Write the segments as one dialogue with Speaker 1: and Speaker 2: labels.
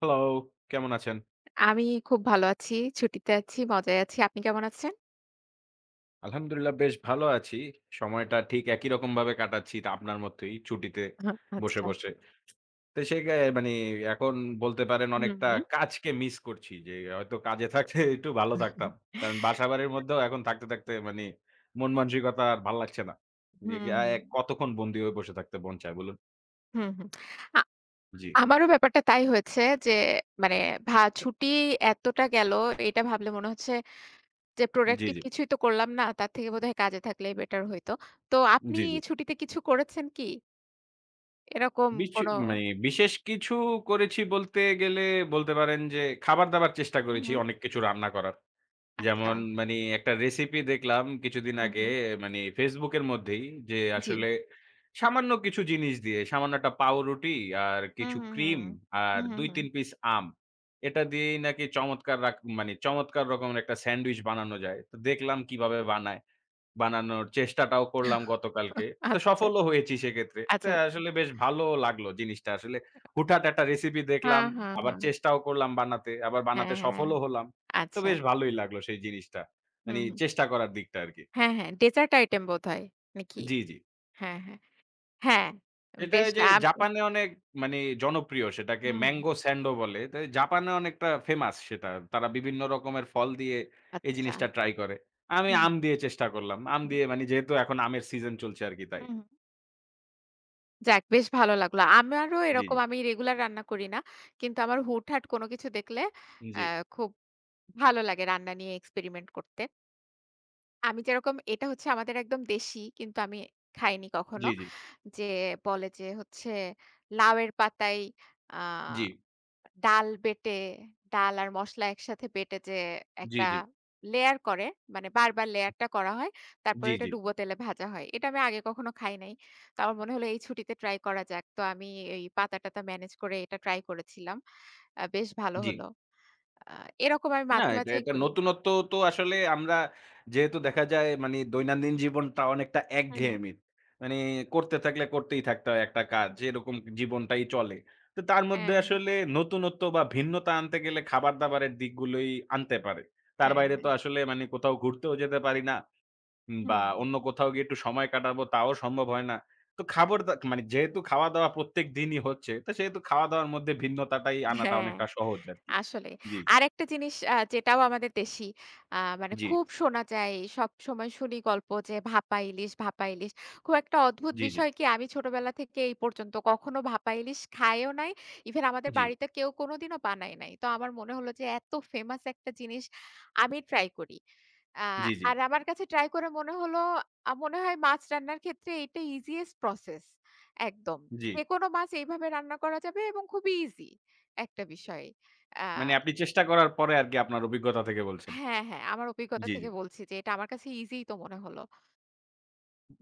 Speaker 1: Hello, কেমন আছেন?
Speaker 2: আমি খুব ভালো আছি। ছুটিতে আছি, মজায় আছি। আপনি কেমন আছেন?
Speaker 1: আলহামদুলিল্লাহ বেশ ভালো আছি। সময়টা ঠিক একই রকমভাবে কাটাচ্ছি তা আপনার মতোই ছুটিতে
Speaker 2: আহা,
Speaker 1: বসে,
Speaker 2: আচ্ছা।
Speaker 1: বসে। তো সেই গে এখন বলতে পারেন
Speaker 2: হুম,
Speaker 1: অনেকটা
Speaker 2: হুম।
Speaker 1: কাজকে মিস করছি যে হয়তো কাজে থাকতে একটু ভালো থাকতাম। কারণ বাসাবাড়ির মধ্যেও এখন থাকতে মন মানসিকতা আর ভাল লাগছে না। জি,
Speaker 2: হুম,
Speaker 1: আ
Speaker 2: হুম।
Speaker 1: এক কতক্ষণ বন্দী হয়ে বসে থাকতে মন চায় বলুন?
Speaker 2: হুম, হুম। আ
Speaker 1: জি,
Speaker 2: আমারও ব্যাপারটা তাই হয়েছে যে মানে ছুটি এতটা গেল, এটা ভাবলে মনে হচ্ছে যে
Speaker 1: জি,
Speaker 2: প্রোডাক্টিভ
Speaker 1: জি,
Speaker 2: কিছুই তো করলাম না। তার থেকে বোধহয় কাজে থাকলেই বেটার হইতো। তো আপনি
Speaker 1: জি।
Speaker 2: ছুটিতে কিছু করেছেন কি? এরকম
Speaker 1: বিশ
Speaker 2: কোনো
Speaker 1: বিশেষ কিছু করেছি বলতে গেলে বলতে পারেন যে খাবার-দাবার চেষ্টা
Speaker 2: হুম,
Speaker 1: করেছি
Speaker 2: হুম।
Speaker 1: অনেক কিছু রান্না করার।
Speaker 2: আচ্ছা।
Speaker 1: যেমন মানি একটা রেসিপি দেখলাম কিছুদিন
Speaker 2: হুম,
Speaker 1: আগে
Speaker 2: হুম।
Speaker 1: মানি Facebook এর মধ্যেই যে
Speaker 2: জি।
Speaker 1: আসলে সামান্য কিছু জিনিস দিয়ে সামান্য একটা পাউরুটি আর
Speaker 2: হুম,
Speaker 1: কিছু
Speaker 2: হুম,
Speaker 1: ক্রিম
Speaker 2: হুম।
Speaker 1: আর
Speaker 2: হুম, হুম, হুম।
Speaker 1: ২-৩ পিস আম। এটা দিয়েই নাকি চমৎকার রাক চমৎকার রকমের একটা স্যান্ডউইচ বানানো যায়। তো দেখলাম কিভাবে বানায়। বানানোর চেষ্টাটাও করলাম গতকালকে। তো
Speaker 2: আচ্ছা,
Speaker 1: সফলও হয়েছি সেক্ষেত্রে। তো
Speaker 2: আচ্ছা, আচ্ছা।
Speaker 1: আসলে বেশ ভালো লাগলো জিনিসটা। আসলে হুটহাট একটা রেসিপি দেখলাম,
Speaker 2: হ্যাঁ, হ্যাঁ,
Speaker 1: আবার
Speaker 2: হ্যাঁ।
Speaker 1: চেষ্টাও করলাম বানাতে, আবার বানাতে
Speaker 2: হ্যাঁ, হ্যাঁ।
Speaker 1: সফলও হলাম। তো
Speaker 2: আচ্ছা।
Speaker 1: বেশ ভালোই লাগলো সেই জিনিসটা। মানে
Speaker 2: হুম, হুম।
Speaker 1: চেষ্টা করার দিকটা আরকি।
Speaker 2: হ্যাঁ, হ্যাঁ, ডেজার্ট আইটেম বোধহয় নাকি?
Speaker 1: জি, জি।
Speaker 2: হ্যাঁ, হ্যাঁ। হ্যাঁ,
Speaker 1: এটা
Speaker 2: বেশ
Speaker 1: ওই যে জাপানে অনেক মানে জনপ্রিয় সেটাকে
Speaker 2: হুম, হুম।
Speaker 1: ম্যাংগো স্যান্ডো বলে। তো জাপানে অনেকটা ফেমাস সেটা। তারা বিভিন্ন রকমের ফল দিয়ে এই
Speaker 2: আচ্ছা।
Speaker 1: জিনিসটা ট্রাই করে। আমি
Speaker 2: হুম,
Speaker 1: আম দিয়ে চেষ্টা করলাম। আম
Speaker 2: হুম,
Speaker 1: দিয়ে মানে যেহেতু এখন আমের সিজন চলছে আরকি তাই।
Speaker 2: হুম, হুম। যাক, বেশ ভালো লাগলো। আমারও
Speaker 1: জি,
Speaker 2: এরকম,
Speaker 1: জি।
Speaker 2: আমি রেগুলার রান্না করি না। কিন্তু আমার হুটহাট কোনো কিছু দেখলে
Speaker 1: জি।
Speaker 2: আ খুব ভালো লাগে রান্না নিয়ে এক্সপেরিমেন্ট করতে। আমি যেরকম, এটা হচ্ছে আমাদের একদম দেশি, কিন্তু আমি খাইনি
Speaker 1: জি,
Speaker 2: কখনো।
Speaker 1: জি,
Speaker 2: যে বলে যে হচ্ছে লাউয়ের পাতায় আ
Speaker 1: জি,
Speaker 2: ডাল বেটে, ডাল আর মসলা একসাথে বেটে যে
Speaker 1: জি,
Speaker 2: একটা
Speaker 1: জি,
Speaker 2: লেয়ার করে, মানে বারবার লেয়ারটা করা হয়। তারপরে
Speaker 1: জি,
Speaker 2: এটা
Speaker 1: জি,
Speaker 2: ডুবো তেলে ভাজা হয়। এটা আমি আগে কখনো খাই নাই। তো আমার মনে হলো এই ছুটিতে ট্রাই করা যাক। তো আমি এই পাতা-টাতা মেনেজ করে এটা ট্রাই করেছিলাম। বেশ ভালো
Speaker 1: জি
Speaker 2: হলো। আ এরকম আমি
Speaker 1: না
Speaker 2: মাঝে,
Speaker 1: এটা
Speaker 2: মাঝেই
Speaker 1: এটা
Speaker 2: করি।
Speaker 1: নতুনত্ব তো আসলে আমরা যেহেতু দেখা যায় মানে দৈনন্দিন জীবনটা অনেকটা
Speaker 2: হু, হু।
Speaker 1: একঘেয়েমি। মানে করতে থাকলে করতেই থাকতে হয় একটা কাজ। এরকম জীবনটাই চলে। তো তার মধ্যে
Speaker 2: হ্যাঁ, হ্যাঁ,
Speaker 1: আসলে নতুনত্ব বা ভিন্নতা আনতে গেলে খাবার-দাবারের দিকগুলোই আনতে পারে। তার
Speaker 2: হ্যাঁ।
Speaker 1: বাইরে তো আসলে মানে কোথাও ঘুরতেও যেতে পারি না। বা
Speaker 2: হুম।
Speaker 1: অন্য কোথাও গিয়ে একটু সময় কাটাবো তাও সম্ভব হয় না। তো খাবার দা মানে যেহেতু খাওয়া-দাওয়া প্রত্যেক দিনই হচ্ছে, তো সেহেতু খাওয়া-দাওয়ার মধ্যে ভিন্নতাটাই আনাটা
Speaker 2: হ্যাঁ।
Speaker 1: অনেকটা সহজ আরকি।
Speaker 2: আসলেই।
Speaker 1: জি,
Speaker 2: আরেকটা জিনিস, যেটাও আমাদের দেশি, মানে
Speaker 1: জি,
Speaker 2: খুব শোনা যায়, সবসময় শুনি গল্প যে ভাপা ইলিশ, ভাপা ইলিশ। খুব একটা অদ্ভুত
Speaker 1: জি, জি,
Speaker 2: বিষয় কি, আমি ছোটবেলা থেকে এই পর্যন্ত কখনো ভাপা ইলিশ খাইও নাই। ইভেন
Speaker 1: জি,
Speaker 2: আমাদের
Speaker 1: জি,
Speaker 2: বাড়িতে কেউ কোনোদিনও বানায় নাই। তো আমার মনে হলো যে এত ফেমাস একটা জিনিস, আমি ট্রাই করি। আ
Speaker 1: জি, জি।
Speaker 2: আর আমার কাছে ট্রাই করে মনে হলো, মনে হয় মাছ রান্নার ক্ষেত্রে এটা ইজিয়েস্ট প্রসেস একদম।
Speaker 1: জি
Speaker 2: যেকোনো মাছ এইভাবে রান্না করা যাবে এবং খুবই ইজি একটা বিষয়। আ
Speaker 1: মানে আপনি চেষ্টা করার পরে আরকি আপনার অভিজ্ঞতা থেকে বলছেন।
Speaker 2: হ্যাঁ, হ্যাঁ, আমার অভিজ্ঞতা
Speaker 1: জি, জি।
Speaker 2: থেকে বলছি যে এটা আমার কাছে ইজিই তো মনে হলো।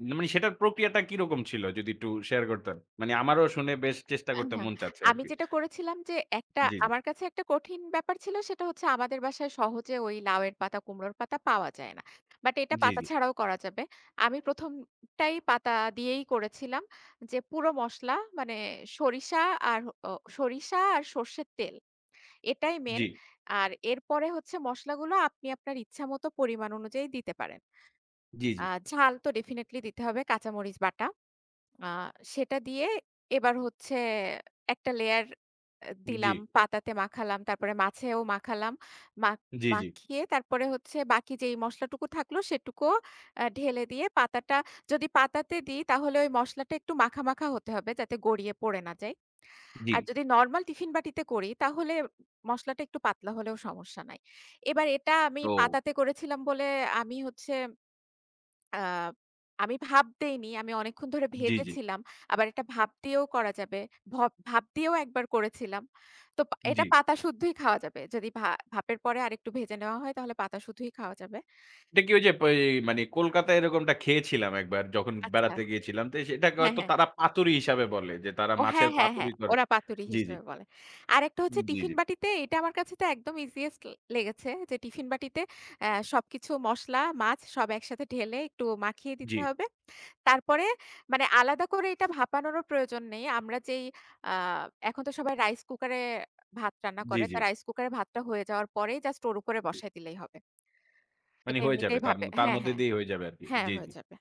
Speaker 1: না মানে সেটার প্রক্রিয়াটা কিরকম ছিল? যদি একটু শেয়ার করতেন। মানে আমারও শুনে বেশ চেষ্টা করতে
Speaker 2: হ্যাঁ,
Speaker 1: মন চাচ্ছে
Speaker 2: আমি
Speaker 1: আরকি।
Speaker 2: যেটা করেছিলাম যে একটা
Speaker 1: জি, জি,
Speaker 2: আমার কাছে একটা কঠিন ব্যাপার ছিল, সেটা হচ্ছে আমাদের বাসায় সহজে ওই লাউয়ের পাতা, কুমড়োর পাতা পাওয়া যায় না। বাট এটা
Speaker 1: জি,
Speaker 2: পাতা
Speaker 1: জি,
Speaker 2: ছাড়াও করা যাবে। আমি ১ম পাতা দিয়েই করেছিলাম যে পুরো মসলা মানে সরিষা আর অ সর্ষের তেল, এটাই মেইন।
Speaker 1: জি,
Speaker 2: আর এরপরে হচ্ছে মসলাগুলো আপনি আপনার ইচ্ছামত পরিমাণ অনুযায়ী দিতে পারেন।
Speaker 1: জি, জি,
Speaker 2: ঝাল তো ডেফিনিটলি দিতে হবে, কাঁচামরিচ বাটা। আ সেটা দিয়ে এবার হচ্ছে একটা লেয়ার দিলাম, পাতাতে মাখালাম, তারপরে মাছেও মাখালাম। মাখ
Speaker 1: জি, জি, জি,
Speaker 2: মাখিয়ে তারপরে হচ্ছে বাকি যেই মসলাটুকু থাকলো সেটুকুও ঢেলে দিয়ে পাতাটা, যদি পাতাতে দিই তাহলে ওই মসলাটা একটু মাখা, মাখা হতে হবে যাতে গড়িয়ে পড়ে না যায়।
Speaker 1: জি
Speaker 2: আর যদি নরমাল টিফিন বাটিতে করি তাহলে মসলাটা একটু পাতলা হলেও সমস্যা নাই। এবার এটা আমি
Speaker 1: ও!
Speaker 2: পাতাতে করেছিলাম বলে আমি হচ্ছে আ আমি ভাপ দেইনি। আমি অনেকক্ষণ ধরে
Speaker 1: জি, জি,
Speaker 2: ভেজেছিলাম। আবার এটা ভাপ দিয়েও করা যাবে। ভাপ দিয়েও একবার করেছিলাম। তো
Speaker 1: জি।
Speaker 2: এটা পাতা শুদ্ধই খাওয়া যাবে। যদি ভাপের পরে আরেকটু ভেজে নেওয়া হয় তাহলে পাতা শুদ্ধই খাওয়া যাবে।
Speaker 1: এটা কি ওই যে প এই মানে কলকাতায় এরকমটা খেয়েছিলাম একবার যখন
Speaker 2: আচ্ছা।
Speaker 1: বেড়াতে গিয়েছিলাম। তো সেটাকে
Speaker 2: হ্যাঁ,
Speaker 1: হয়তো
Speaker 2: হ্যাঁ।
Speaker 1: তারা পাতুরি হিসাবে বলে যে তারা
Speaker 2: ও
Speaker 1: মাছের
Speaker 2: হ্যাঁ, হ্যাঁ,
Speaker 1: পাতুরি
Speaker 2: হ্যাঁ।
Speaker 1: করে।
Speaker 2: ওরা পাতুরি
Speaker 1: জি, জি।
Speaker 2: হিসেবে বলে। আরেকটা হচ্ছে
Speaker 1: জি,
Speaker 2: টিফিন
Speaker 1: জি।
Speaker 2: বাটিতে, এটা আমার কাছে তো একদম ইজিয়েস্ট লেগেছে, যে টিফিন বাটিতে অ্যা সবকিছু মসলা, মাছ সব একসাথে ঢেলে একটু মাখিয়ে
Speaker 1: জি,
Speaker 2: দিতে হবে। তারপরে মানে আলাদা করে এটা ভাপানোরও প্রয়োজন নেই। আমরা যেই আ এখন তো সবাই রাইস কুকারে ভাত রান্না
Speaker 1: জি,
Speaker 2: করে।
Speaker 1: জি।
Speaker 2: তো রাইস কুকারে ভাতটা হয়ে যাওয়ার পরেই জাস্ট ওর উপরে
Speaker 1: জি।
Speaker 2: বসায় দিলেই হবে।
Speaker 1: মানে
Speaker 2: এটা
Speaker 1: হয়ে যাবে।
Speaker 2: এমনিতেই
Speaker 1: তার
Speaker 2: ভাপে
Speaker 1: তার
Speaker 2: হ্যাঁ,
Speaker 1: মধ্যে
Speaker 2: হ্যাঁ।
Speaker 1: দিয়েই হয়ে যাবে আরকি।
Speaker 2: হ্যাঁ,
Speaker 1: জি,
Speaker 2: হয়ে
Speaker 1: জি।
Speaker 2: যাবে।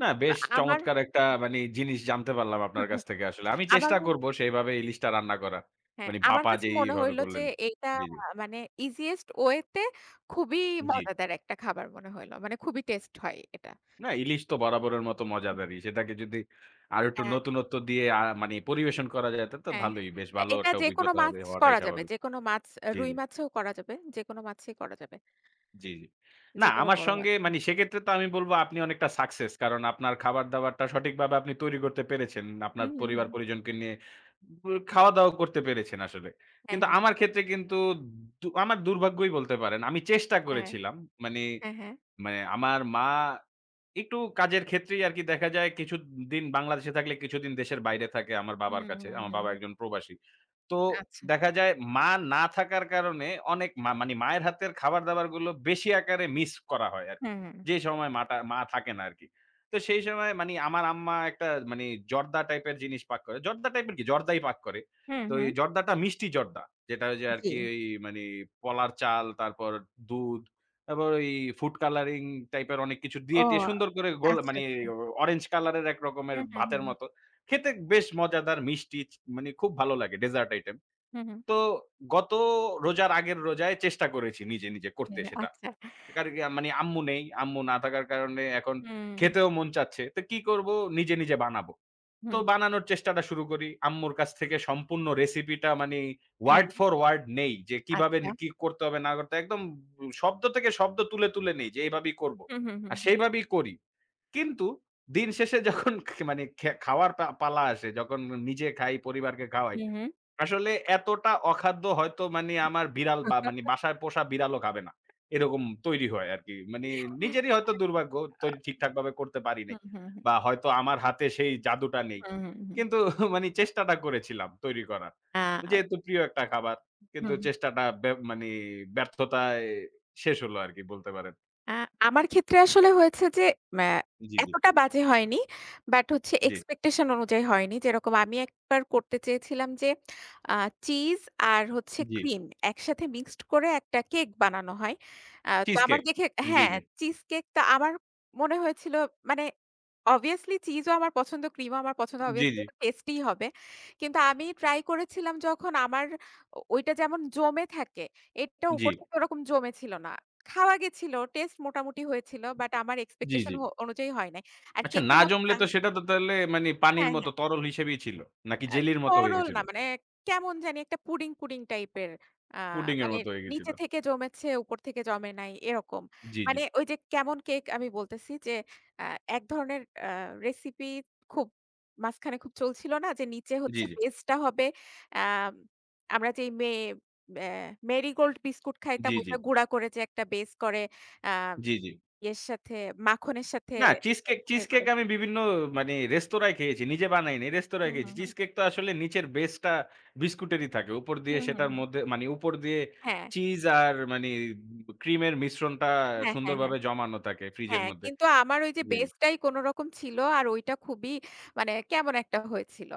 Speaker 1: না
Speaker 2: তো
Speaker 1: বেশ
Speaker 2: আমার
Speaker 1: চমৎকার একটা মানে জিনিস জানতে পারলাম আপনার কাছ থেকে আসলে। আমি
Speaker 2: আমার
Speaker 1: চেষ্টা করব সেইভাবে ইলিশটা রান্না করার।
Speaker 2: হ্যাঁ,
Speaker 1: মানে
Speaker 2: আমার
Speaker 1: ভাপা
Speaker 2: কাছে মনে
Speaker 1: যেইভাবে
Speaker 2: হইল যে
Speaker 1: করলেন।
Speaker 2: এইটা
Speaker 1: জি, জি।
Speaker 2: মানে ইজিয়েস্ট ওয়ে তে খুবই
Speaker 1: জি।
Speaker 2: মজাদার একটা খাবার মনে হইল। মানে খুবই টেস্ট হয় এটা।
Speaker 1: না, ইলিশ তো বরাবরের মতো মজাদারই। সেটাকে যদি আরো একটু
Speaker 2: হ্যাঁ।
Speaker 1: নতুনত্ব দিয়ে আ মানি পরিবেশন করা যায় তা তো
Speaker 2: হ্যাঁ,
Speaker 1: ভালোই। বেশ
Speaker 2: হ্যাঁ।
Speaker 1: ভালো
Speaker 2: এটা
Speaker 1: একটা
Speaker 2: যেকোনো
Speaker 1: অভিজ্ঞতা হবে
Speaker 2: মাছ
Speaker 1: হওয়াটাই
Speaker 2: করা যাবে।
Speaker 1: স্বাভাবিক।
Speaker 2: যেকোনো মাছ,
Speaker 1: জি,
Speaker 2: রুই
Speaker 1: জি,
Speaker 2: মাছেও করা যাবে। যেকোনো মাছই করা যাবে।
Speaker 1: জি। না
Speaker 2: যেকোনো
Speaker 1: আমার
Speaker 2: বড়
Speaker 1: সঙ্গে
Speaker 2: মাছ দিয়ে।
Speaker 1: মানি সেক্ষেত্রে তো আমি বলব আপনি অনেকটা সাকসেস। কারণ আপনার খাবার-দাবারটা সঠিকভাবে আপনি তৈরি করতে পেরেছেন। আপনার
Speaker 2: হুম, হুম, হুম।
Speaker 1: পরিবার-পরিজনকে নিয়ে ব খাওয়া-দাওয়া করতে পেরেছেন আসলে।
Speaker 2: হ্যাঁ,
Speaker 1: কিন্তু
Speaker 2: হ্যাঁ।
Speaker 1: আমার ক্ষেত্রে কিন্তু দু আমার দুর্ভাগ্যই বলতে পারেন। আমি চেষ্টা
Speaker 2: হ্যাঁ,
Speaker 1: করেছিলাম। মানি
Speaker 2: হ্যাঁ, হ্যাঁ।
Speaker 1: আমার মা একটু কাজের ক্ষেত্রেই আরকি দেখা যায় কিছুদিন বাংলাদেশে থাকলে কিছুদিন দেশের বাইরে থাকে আমার
Speaker 2: হুম,
Speaker 1: বাবার কাছে।
Speaker 2: হুম,
Speaker 1: আমার বাবা
Speaker 2: হুম।
Speaker 1: একজন প্রবাসী। তো
Speaker 2: আচ্ছা।
Speaker 1: দেখা যায় মা না থাকার কারণে অনেক মা মায়ের হাতের খাবার-দাবারগুলো বেশি আকারে মিস করা হয় আরকি।
Speaker 2: হুম, হুম।
Speaker 1: যে সময় মাটা মা থাকে না আরকি। তো সেই সময় মানি আমার আম্মা একটা মানি জর্দা টাইপের জিনিস পাক করে। জর্দা টাইপের কি? জর্দাই পাক করে।
Speaker 2: হুম,
Speaker 1: তো
Speaker 2: হুম।
Speaker 1: এই জর্দাটা মিষ্টি জর্দা। যেটা ওই যে
Speaker 2: জি।
Speaker 1: আরকি ওই মানি পলার চাল, তারপর দুধ, তারপর ওই ফুড কালারিং টাইপের অনেক কিছু দিয়ে
Speaker 2: ও
Speaker 1: টিয়ে সুন্দর করে গোল
Speaker 2: আচ্ছা,
Speaker 1: মানি
Speaker 2: আচ্ছা।
Speaker 1: অরেঞ্জ কালারের এক রকমের
Speaker 2: হুম, হুম,
Speaker 1: ভাতের
Speaker 2: হুম।
Speaker 1: মতো। খেতে বেশ মজাদার মিষ্টি চ মানে খুব ভালো লাগে ডেজার্ট আইটেম।
Speaker 2: হুম, হুম।
Speaker 1: তো গত রোজার আগের রোজায় চেষ্টা করেছি নিজে করতে
Speaker 2: হুম,
Speaker 1: সেটা।
Speaker 2: আচ্ছা।
Speaker 1: কারণ কি মানে আম্মু নেই। আম্মু না থাকার কারণে এখন
Speaker 2: হুম,
Speaker 1: খেতেও মন চাচ্ছে। তো কি করব নিজে বানাবো। তো
Speaker 2: হুম।
Speaker 1: বানানোর চেষ্টাটা শুরু করি। আম্মুর কাছ থেকে সম্পূর্ণ রেসিপিটা মানে
Speaker 2: হ্যাঁ,
Speaker 1: ওয়ার্ড ফর ওয়ার্ড নেই যে কিভাবে
Speaker 2: আচ্ছা।
Speaker 1: কি করতে হবে না করতে হবে। একদম শব্দ থেকে শব্দ তুলে নেই যে এভাবেই করব।
Speaker 2: হুম, হুম, হুম,
Speaker 1: আর
Speaker 2: হুম।
Speaker 1: সেইভাবেই করি। কিন্তু দিন শেষে যখন খে মানে খে খাওয়ার পা পালা আসে, যখন নিজে খাই, পরিবারকে খাওয়াই,
Speaker 2: হুম, হুম।
Speaker 1: আসলে এতটা অখাদ্য হয়তো মানে আমার বিড়াল বা মানে বাসায় পোষা বিড়ালও খাবে না। এরকম তৈরি হয় আরকি। মানে নিজেরই হয়তো দুর্ভাগ্য তৈরি ঠিকঠাকভাবে করতে পারি নাই।
Speaker 2: হুম, হুম, হুম,
Speaker 1: বা হয়তো আমার হাতে সেই জাদুটা নেই।
Speaker 2: হুম, হুম, হুম।
Speaker 1: কিন্তু মানে চেষ্টাটা করেছিলাম তৈরি করার।
Speaker 2: আ
Speaker 1: যেহেতু প্রিয় একটা খাবার। কিন্তু
Speaker 2: হুম।
Speaker 1: চেষ্টাটা ব্য মানে ব্যর্থতায় শেষ হলো আরকি বলতে পারেন।
Speaker 2: আ আমার ক্ষেত্রে আসলে হয়েছে যে ম্যা
Speaker 1: জি, জি,
Speaker 2: এতটা বাজে হয়নি। বাট হচ্ছে
Speaker 1: জি,
Speaker 2: এক্সপেকটেশন অনুযায়ী হয়নি। যেরকম আমি একবার করতে চেয়েছিলাম যে আ চিজ আর হচ্ছে
Speaker 1: জি।
Speaker 2: ক্রিম একসাথে মিক্সড করে একটা কেক বানানো হয়। তো
Speaker 1: চিজ
Speaker 2: আমার
Speaker 1: কেক।
Speaker 2: দেখে
Speaker 1: জি,
Speaker 2: হ্যাঁ,
Speaker 1: জি।
Speaker 2: চিজ কেক তো আমার মনে হয়েছিল মানে obviously চিজও আমার পছন্দ, ক্রিমও আমার পছন্দ।
Speaker 1: জি,
Speaker 2: Obviously
Speaker 1: জি,
Speaker 2: টেস্টিই হবে। কিন্তু আমি ট্রাই করেছিলাম, যখন আমার ওইটা যেমন জমে থাকে, এটা
Speaker 1: জি,
Speaker 2: উপর থেকে ওরকম জমে ছিল না। খাওয়া গেছিল। টেস্ট মোটামুটি হয়েছিল। বাট আমার
Speaker 1: জি,
Speaker 2: এক্সপেকটেশন
Speaker 1: জি।
Speaker 2: অনুযায়ী হয় নাই। আর
Speaker 1: আচ্ছা না
Speaker 2: কেকের মতো
Speaker 1: জমলে
Speaker 2: না,
Speaker 1: তো সেটা তো তাহলে মানে পানির
Speaker 2: হ্যাঁ,
Speaker 1: মতো
Speaker 2: হ্যাঁ।
Speaker 1: তরল হিসেবেই ছিল। নাকি
Speaker 2: আ
Speaker 1: জেলির মতো হয়ে
Speaker 2: তরল
Speaker 1: গেছিল?
Speaker 2: না, মানে কেমন জানি একটা পুডিং, পুডিং টাইপের। আ
Speaker 1: পুডিং এর
Speaker 2: মানে
Speaker 1: মতো হয়ে গেছিল।
Speaker 2: নিচে থেকে জমেছে, উপর থেকে জমে নাই এরকম।
Speaker 1: জি, জি,
Speaker 2: মানে ওই যে কেমন কেক আমি বলতেছি যে আ এক ধরনের আ রেসিপি খুব মাঝখানে খুব চলছিল না? যে নিচে
Speaker 1: জি,
Speaker 2: হচ্ছে
Speaker 1: জি,
Speaker 2: বেসটা হবে আ আমরা যেই অ্যা মেরিগোল্ড বিস্কুট খাইতাম,
Speaker 1: জি, জি,
Speaker 2: ওইটা গুঁড়া করে যে একটা বেস করে আ
Speaker 1: জি।
Speaker 2: ইয়ের সাথে মাখনের সাথে
Speaker 1: না চিজ
Speaker 2: একসাথে
Speaker 1: কেক
Speaker 2: করে।
Speaker 1: আমি বিভিন্ন রেস্তোরাঁয় খেয়েছি। নিজে বানাইনি। রেস্তোরাঁয়
Speaker 2: হুম,
Speaker 1: খেয়েছি।
Speaker 2: হুম,
Speaker 1: চিজ
Speaker 2: হুম।
Speaker 1: কেক তো আসলে নিচের বেসটা বিস্কুটেরই থাকে। উপর দিয়ে
Speaker 2: হুম, হুম, হুম।
Speaker 1: সেটার মধ্যে মানে উপর দিয়ে
Speaker 2: হ্যাঁ,
Speaker 1: চিজ আর মানে ক্রিমের মিশ্রণটা
Speaker 2: হ্যাঁ, হ্যাঁ, হ্যাঁ।
Speaker 1: সুন্দরভাবে জমানো থাকে ফ্রিজের
Speaker 2: হ্যাঁ,
Speaker 1: মধ্যে।
Speaker 2: কিন্তু আমার ওই যে
Speaker 1: জি, জি,
Speaker 2: বেসটাই কোনরকম ছিল আর ওইটা খুবই মানে কেমন একটা হয়েছিল।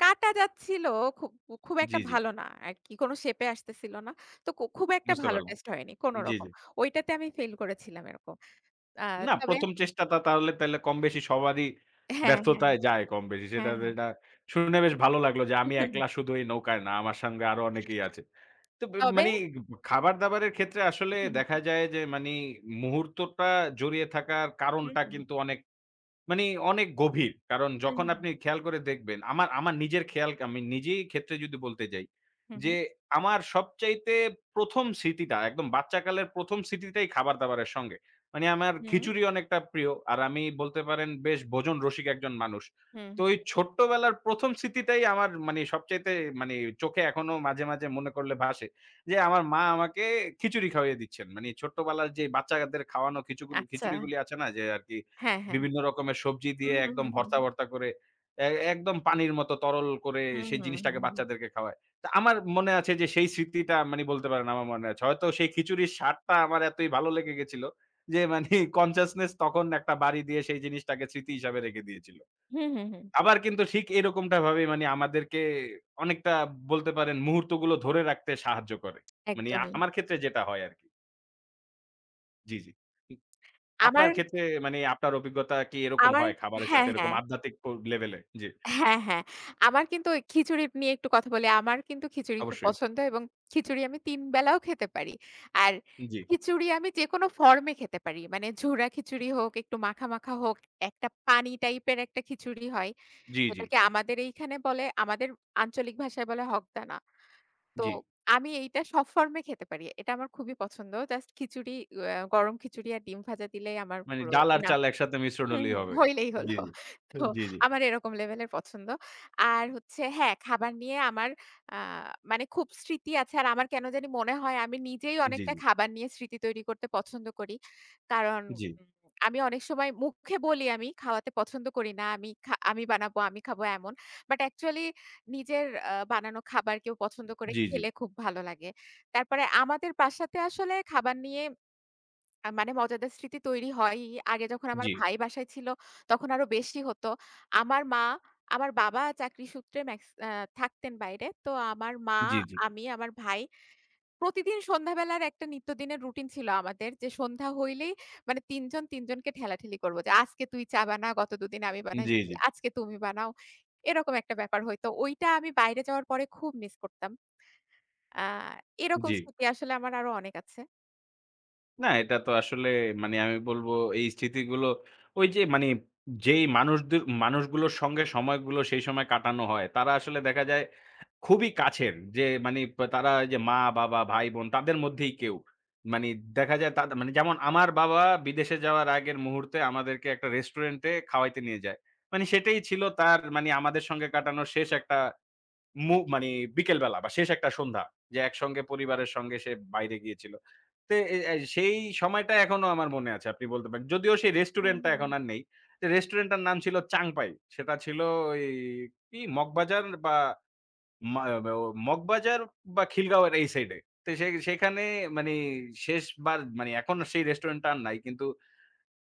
Speaker 2: কাটা যাচ্ছিল খুব, খুব
Speaker 1: জি,
Speaker 2: একটা
Speaker 1: জি।
Speaker 2: ভালো না আরকি। কোন শেপে আসতেছিল না। তো খুব একটা
Speaker 1: বুঝতে
Speaker 2: ভালো
Speaker 1: পারলাম।
Speaker 2: টেস্ট হয়নি
Speaker 1: জি,
Speaker 2: কোনরকম।
Speaker 1: জি।
Speaker 2: ওইটাতে আমি ফেইল করেছিলাম এরকম। আ
Speaker 1: না
Speaker 2: তবে
Speaker 1: ১ম চেষ্টাটা তাহলে তাইলে কম বেশি সবারই
Speaker 2: হ্যাঁ, হ্যাঁ,
Speaker 1: ব্যর্থতায় যায় কম বেশি। সেটা
Speaker 2: হ্যাঁ, হ্যাঁ।
Speaker 1: যেটা শুনে বেশ ভালো লাগলো যে আমি একলা শুধু এই নৌকায় না, আমার সঙ্গে আরো অনেকেই আছে। তো বে
Speaker 2: তবে
Speaker 1: মানি খাবার-দাবারের ক্ষেত্রে আসলে
Speaker 2: হুম,
Speaker 1: দেখা
Speaker 2: হুম,
Speaker 1: যায় যে মানি মুহূর্তটা জড়িয়ে থাকার
Speaker 2: হুম,
Speaker 1: কারণটা
Speaker 2: হুম,
Speaker 1: কিন্তু অনেক মানে অনেক গভীর। কারণ
Speaker 2: হুম,
Speaker 1: যখন আপনি খেয়াল করে দেখবেন, আমার আমার নিজের খেয়াল আমি নিজেই ক্ষেত্রে যদি বলতে যাই,
Speaker 2: হুম, হুম,
Speaker 1: যে
Speaker 2: হুম,
Speaker 1: আমার সবচাইতে ১ম স্মৃতিটা একদম বাচ্চাকালের ১ম স্মৃতিটাই খাবার-দাবারের সঙ্গে। মানে আমার
Speaker 2: হুম,
Speaker 1: খিচুড়ি অনেকটা প্রিয়। আর আমি বলতে পারেন বেশ ভোজন রসিক একজন মানুষ।
Speaker 2: হুম,
Speaker 1: তো
Speaker 2: হুম।
Speaker 1: ওই ছোট্টবেলার ১ম স্মৃতিটাই আমার মানে সবচাইতে মানে চোখে এখনো মাঝে মনে করলে ভাসে। যে আমার মা আমাকে খিচুড়ি খাওয়িয়ে দিচ্ছেন। মানে ছোট্টবেলার যে বাচ্চাদের খাওয়ানো খিচুগুল
Speaker 2: আচ্ছা।
Speaker 1: খিচুড়িগুলি আছে না? যে আরকি
Speaker 2: হ্যাঁ, হ্যাঁ।
Speaker 1: বিভিন্ন রকমের সবজি দিয়ে
Speaker 2: হুম, হুম,
Speaker 1: একদম
Speaker 2: হুম, হুম।
Speaker 1: ভর্তা,
Speaker 2: হুম।
Speaker 1: ভর্তা করে এ একদম পানির মতো তরল করে
Speaker 2: হুম,
Speaker 1: সেই
Speaker 2: হুম, হুম,
Speaker 1: জিনিসটাকে
Speaker 2: হুম।
Speaker 1: বাচ্চাদেরকে খাওয়ায়। তো আমার মনে আছে যে সেই স্মৃতিটা মানে বলতে পারেন আমার মনে আছে। হয়তো সেই খিচুড়ির স্বাদটা আমার এতই ভালো লেগে গেছিল যে মানে consciousness তখন একটা বাড়ি দিয়ে সেই জিনিসটাকে স্মৃতি হিসাবে রেখে দিয়েছিল।
Speaker 2: হুম, হুম, হুম।
Speaker 1: আবার কিন্তু ঠিক এরকমটা ভাবেই মানে আমাদেরকে অনেকটা বলতে পারেন মুহূর্তগুলো ধরে রাখতে সাহায্য করে। মানে
Speaker 2: একদমই।
Speaker 1: আমার ক্ষেত্রে যেটা হয় আরকি। জি, জি। আপনার
Speaker 2: আমার
Speaker 1: ক্ষেত্রে মানে আপনার অভিজ্ঞতা কি এরকম
Speaker 2: আমার
Speaker 1: হয়? খাবারের সাথে
Speaker 2: হ্যাঁ,
Speaker 1: এরকম
Speaker 2: হ্যাঁ।
Speaker 1: আধ্যাত্মিক প লেভেলে? জি,
Speaker 2: হ্যাঁ, হ্যাঁ। আমার কিন্তু ওই খিচুড়ি নিয়ে একটু কথা বলি। আমার কিন্তু খিচুড়ি খুব
Speaker 1: অবশ্যই।
Speaker 2: পছন্দ এবং খিচুড়ি আমি ৩ বেলাও খেতে পারি। আর
Speaker 1: জি,
Speaker 2: খিচুড়ি আমি যেকোনো ফর্মে খেতে পারি। মানে ঝুরা খিচুড়ি হোক, একটু মাখা, মাখা হোক, একটা পানি টাইপের একটা খিচুড়ি হয়।
Speaker 1: জি, জি,
Speaker 2: যেটাকে আমাদের এইখানে বলে, আমাদের আঞ্চলিক ভাষায় বলে হগদানা।
Speaker 1: জি।
Speaker 2: আমি এইটা সব ফর্মে খেতে পারি। এটা আমার খুবই পছন্দ। জাস্ট খিচুড়ি, অ্যা গরম খিচুড়ি আর ডিম ভাজা দিলেই আমার
Speaker 1: মানে
Speaker 2: পুরো
Speaker 1: ডাল আর
Speaker 2: ইনাফ।
Speaker 1: চাল একসাথে মিশ্রণ
Speaker 2: হুম,
Speaker 1: হলেই
Speaker 2: হুম।
Speaker 1: হবে।
Speaker 2: হইলেই হলো।
Speaker 1: জি, জি,
Speaker 2: তো
Speaker 1: জি, জি,
Speaker 2: আমার এরকম লেভেলের পছন্দ। আর হচ্ছে হ্যাঁ, খাবার নিয়ে আমার আ মানে খুব স্মৃতি আছে। আর আমার কেন জানি মনে হয় আমি নিজেই
Speaker 1: জি,
Speaker 2: অনেকটা খাবার নিয়ে স্মৃতি তৈরি করতে পছন্দ করি। কারণ
Speaker 1: জি, জি,
Speaker 2: আমি অনেক সময় মুখে বলি আমি খাওয়াতে পছন্দ করি না। আমি বানাবো, আমি খাবো এমন। বাট অ্যাকচুয়ালি নিজের বানানো খাবার কেউ পছন্দ করে
Speaker 1: জি, জি,
Speaker 2: খেলে খুব ভালো লাগে। তারপরে আমাদের বাসাতে আসলে খাবার নিয়ে মানে মজাদার স্মৃতি তৈরি হয়ই। আগে যখন আমার
Speaker 1: জি,
Speaker 2: ভাই বাসায় ছিল, তখন আরো বেশি হতো। আমার মা, আমার বাবা চাকরি সূত্রে মেক্স আ থাকতেন বাইরে। তো আমার মা,
Speaker 1: জি, জি,
Speaker 2: আমি, আমার ভাই প্রতিদিন সন্ধ্যাবেলার একটা নিত্যদিনের রুটিন ছিল আমাদের, যে সন্ধ্যা হইলেই মানে ৩ জন ৩ জনকে ঠেলাঠেলি করব যে, "আজকে তুই চা বানা, গত দুদিন আমি
Speaker 1: জি,
Speaker 2: বানাইছি,
Speaker 1: জি,
Speaker 2: আজকে তুমি বানাও।" এরকম একটা ব্যাপার হইতো। ওইটা আমি বাইরে যাওয়ার পরে খুব মিস করতাম। আ এরকম
Speaker 1: জি
Speaker 2: স্মৃতি আসলে আমার আরো অনেক আছে।
Speaker 1: না, এটা তো আসলে মানে আমি বলবো এই স্মৃতিগুলো ওই যে মানে যেই মানুষদের মানুষগুলোর সঙ্গে সময়গুলো সেই সময় কাটানো হয়, তারা আসলে দেখা যায় খুবই কাছের। যে মানে পা তারা যে মা-বাবা, ভাই-বোন তাদের মধ্যেই কেউ। মানে দেখা যায় তাদ মানে যেমন আমার বাবা বিদেশে যাওয়ার আগের মুহূর্তে আমাদেরকে একটা রেস্টুরেন্টে খাওয়াইতে নিয়ে যায়। মানে সেটাই ছিল তার মানে আমাদের সঙ্গে কাটানোর শেষ একটা মু মানে বিকেলবেলা বা শেষ একটা সন্ধ্যা যে একসঙ্গে পরিবারের সঙ্গে সে বাইরে গিয়েছিল। তো এ এ সেই সময়টা এখনো আমার মনে আছে। আপনি বলতে পারেন। যদিও সেই
Speaker 2: হুম,
Speaker 1: রেস্টুরেন্টটা
Speaker 2: হুম।
Speaker 1: এখন আর নেই। তো রেস্টুরেন্টটার নাম ছিল চাংপাই। সেটা ছিল ওই কি মগবাজার বা মা ও মগবাজার বা খিলগাঁওয়ের এই সাইডে। তো সে সেখানে মানে শেষবার মানে এখন সেই রেস্টুরেন্টটা আর নাই। কিন্তু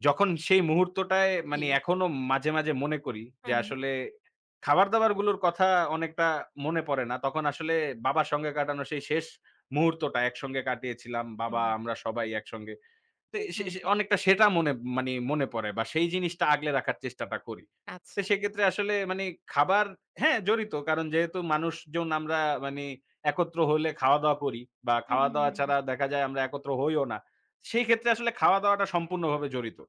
Speaker 1: যখন সেই মুহূর্তটায়
Speaker 2: জি।
Speaker 1: মানে এখনো মাঝে মনে করি যে
Speaker 2: হুম,
Speaker 1: আসলে খাবার-দাবারগুলোর কথা অনেকটা মনে পড়ে না। তখন আসলে বাবার সঙ্গে কাটানো সেই শেষ মুহূর্তটা একসঙ্গে কাটিয়েছিলাম। বাবা,
Speaker 2: হুম।
Speaker 1: আমরা সবাই একসঙ্গে। তো সে
Speaker 2: হুম,
Speaker 1: সে অনেকটা সেটা মনে মানে মনে পড়ে বা সেই জিনিসটা আগলে রাখার চেষ্টাটা করি। তো
Speaker 2: আচ্ছা।
Speaker 1: সেক্ষেত্রে আসলে মানে খাবার হ্যাঁ, জড়িত। কারণ যেহেতু মানুষজন আমরা মানে একত্র হলে খাওয়া-দাওয়া করি বা
Speaker 2: হুম, হুম,
Speaker 1: খাওয়া-দাওয়া
Speaker 2: হুম, হুম।
Speaker 1: ছাড়া দেখা যায় আমরা একত্র হইও না। সেই ক্ষেত্রে আসলে খাওয়া-দাওয়াটা সম্পূর্ণভাবে জড়িত।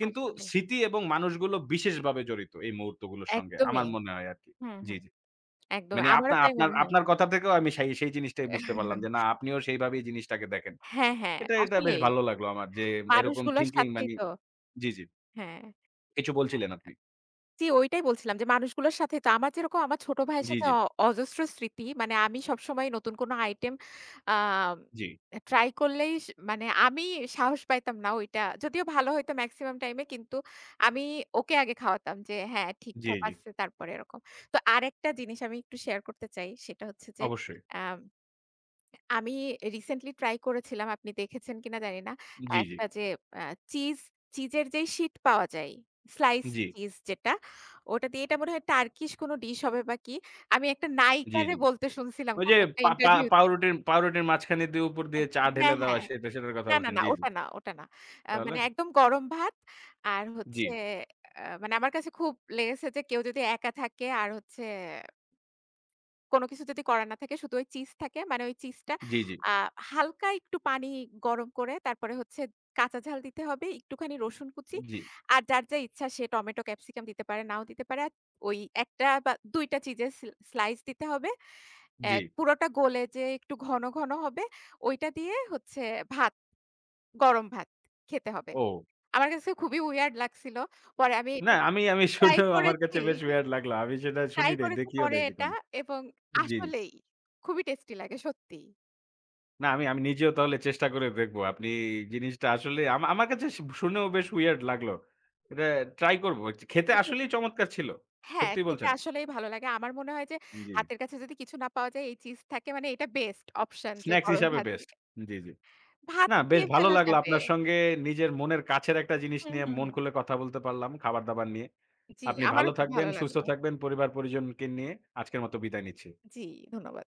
Speaker 1: কিন্তু
Speaker 2: আসলে।
Speaker 1: স্মৃতি এবং মানুষগুলো বিশেষভাবে জড়িত এই মুহূর্তগুলোর সঙ্গে আমার
Speaker 2: একদমই।
Speaker 1: মনে হয় আরকি।
Speaker 2: হুম,
Speaker 1: জি,
Speaker 2: হুম।
Speaker 1: জি।
Speaker 2: একদমই।
Speaker 1: মানে আপনা
Speaker 2: আমারও তাই
Speaker 1: আপনার
Speaker 2: মনে হয়।
Speaker 1: আপনার কথা থেকেও আমি সেই সেই জিনিসটাই বুঝতে পারলাম যে না আপনিও সেইভাবেই জিনিসটাকে দেখেন।
Speaker 2: হ্যাঁ, হ্যাঁ।
Speaker 1: এটা বেশ
Speaker 2: আসলেই
Speaker 1: ভালো লাগলো আমার যে এরকম
Speaker 2: মানুষগুলোর
Speaker 1: থিংকিং
Speaker 2: সাথেই
Speaker 1: মানি
Speaker 2: তো
Speaker 1: জি, জি।
Speaker 2: হ্যাঁ।
Speaker 1: কিছু বলছিলেন আপনি।
Speaker 2: জি, ওইটাই বলছিলাম যে মানুষগুলোর সাথে তো আমার, যেরকম আমার ছোট ভাইয়ের
Speaker 1: জি,
Speaker 2: সাথে
Speaker 1: জি,
Speaker 2: অজস্র স্মৃতি। মানে আমি সবসময় নতুন কোনো আইটেম আম
Speaker 1: জি,
Speaker 2: ট্রাই করলেই মানে আমি সাহস পাইতাম না ওইটা। যদিও ভালো হইতো মেক্সিমাম টাইমে, কিন্তু আমি ওকে আগে খাওয়াতাম যে হ্যাঁ,
Speaker 1: জি,
Speaker 2: ঠিকঠাক
Speaker 1: জি।
Speaker 2: আছে তারপরে এরকম। তো আরেকটা জিনিস আমি একটু শেয়ার করতে চাই। সেটা হচ্ছে যে
Speaker 1: অবশ্যই।
Speaker 2: আম আমি রিসেন্টলি ট্রাই করেছিলাম, আপনি দেখেছেন কিনা জানি না।
Speaker 1: জি, জি,
Speaker 2: একটা যে আ চিজ চিজের যেই শীট পাওয়া যায়, স্লাইস
Speaker 1: জি,
Speaker 2: চিজ যেটা, ওটা দিয়ে এটা মনে হয় টার্কিশ কোনো ডিশ হবে বা কি। আমি একটা
Speaker 1: জি,
Speaker 2: নায়িকারে
Speaker 1: জি।
Speaker 2: বলতে শুনছিলাম
Speaker 1: ওই যে
Speaker 2: কোনো একটা
Speaker 1: পা পা
Speaker 2: ইন্টারভিউতে।
Speaker 1: পাউরুটির পাউরুটির মাঝখানে দিয়ে উপর দিয়ে
Speaker 2: এদ
Speaker 1: চা ঢেলে
Speaker 2: হ্যাঁ,
Speaker 1: দেওয়া
Speaker 2: হ্যাঁ।
Speaker 1: সেটার কথা
Speaker 2: না, না,
Speaker 1: বলছেন।
Speaker 2: না
Speaker 1: জি, জি।
Speaker 2: ওটা না, ওটা না।
Speaker 1: তাহলে?
Speaker 2: মানে একদম গরম ভাত আর
Speaker 1: জি,
Speaker 2: হচ্ছে মানে আমার কাছে খুব লেগেছে যে কেউ যদি একা থাকে আর হচ্ছে কোনো কিছু যদি করা না থাকে, শুধু ওই চিজ থাকে। মানে ওই চিজটা
Speaker 1: জি, জি,
Speaker 2: আ হালকা একটু পানি গরম করে তারপরে হচ্ছে কাঁচা ঝাল দিতে হবে, একটুখানি রসুন কুচি।
Speaker 1: জি,
Speaker 2: আর যার যা ইচ্ছা সে টমেটো, ক্যাপসিকাম দিতে পারে, নাও দিতে পারে। আর ওই ১ টা বা ২ টা চিজের স্লাইস দিতে হবে। অ্যা
Speaker 1: জি।
Speaker 2: পুরোটা গলে যে একটু ঘন, ঘন হবে, ওইটা দিয়ে হচ্ছে ভাত, গরম ভাত খেতে হবে।
Speaker 1: ও
Speaker 2: আমার কাছে খুবই উইয়ার্ড লাগছিল। পরে আমি
Speaker 1: না
Speaker 2: এটা
Speaker 1: আমি আমি
Speaker 2: ট্রাই
Speaker 1: শুনেও আমার কাছে
Speaker 2: করেছি।
Speaker 1: বেশ weird লাগলো। আমি সেটা শুনি
Speaker 2: ট্রাই
Speaker 1: নাই,
Speaker 2: করেছি
Speaker 1: দেখিও
Speaker 2: পরে
Speaker 1: নাই
Speaker 2: এটা
Speaker 1: জীবনে।
Speaker 2: এবং
Speaker 1: জি, জি।
Speaker 2: আসলেই খুবই টেস্টি লাগে সত্যিই।
Speaker 1: না, আমি আমি নিজেও তাহলে চেষ্টা করে দেখব। আপনি জিনিসটা আসলে আমা আমার কাছে শু শুনেও বেশ weird লাগলো। এটা ট্রাই করব। খেতে
Speaker 2: আসলে
Speaker 1: আসলেই চমৎকার ছিল।
Speaker 2: হ্যাঁ,
Speaker 1: সত্যি
Speaker 2: খেতে
Speaker 1: বলছেন।
Speaker 2: আসলেই ভালো লাগে। আমার মনে হয় যে
Speaker 1: জি, জি।
Speaker 2: হাতের কাছে যদি কিছু না পাওয়া যায়, এই চিজ থাকে, মানে এটা বেস্ট অপশন যে
Speaker 1: স্ন্যাকস
Speaker 2: গরম
Speaker 1: হিসাবে
Speaker 2: ভাত
Speaker 1: বেস্ট।
Speaker 2: দিয়ে।
Speaker 1: জি, জি।
Speaker 2: ভাত
Speaker 1: না, বেশ
Speaker 2: দিয়ে
Speaker 1: ভালো
Speaker 2: ফেলা
Speaker 1: লাগলো
Speaker 2: যাবে।
Speaker 1: আপনার সঙ্গে নিজের মনের কাছের একটা জিনিস
Speaker 2: হুম,
Speaker 1: নিয়ে
Speaker 2: হুম,
Speaker 1: মন
Speaker 2: হুম।
Speaker 1: খুলে কথা বলতে পারলাম, খাবার-দাবার নিয়ে।
Speaker 2: জি,
Speaker 1: আপনি ভালো
Speaker 2: আমারও খুব
Speaker 1: থাকবেন,
Speaker 2: ভালো
Speaker 1: সুস্থ
Speaker 2: লাগলো।
Speaker 1: থাকবেন, পরিবার-পরিজনকে নিয়ে। আজকের মতো বিদায় নিচ্ছি।
Speaker 2: জি, ধন্যবাদ।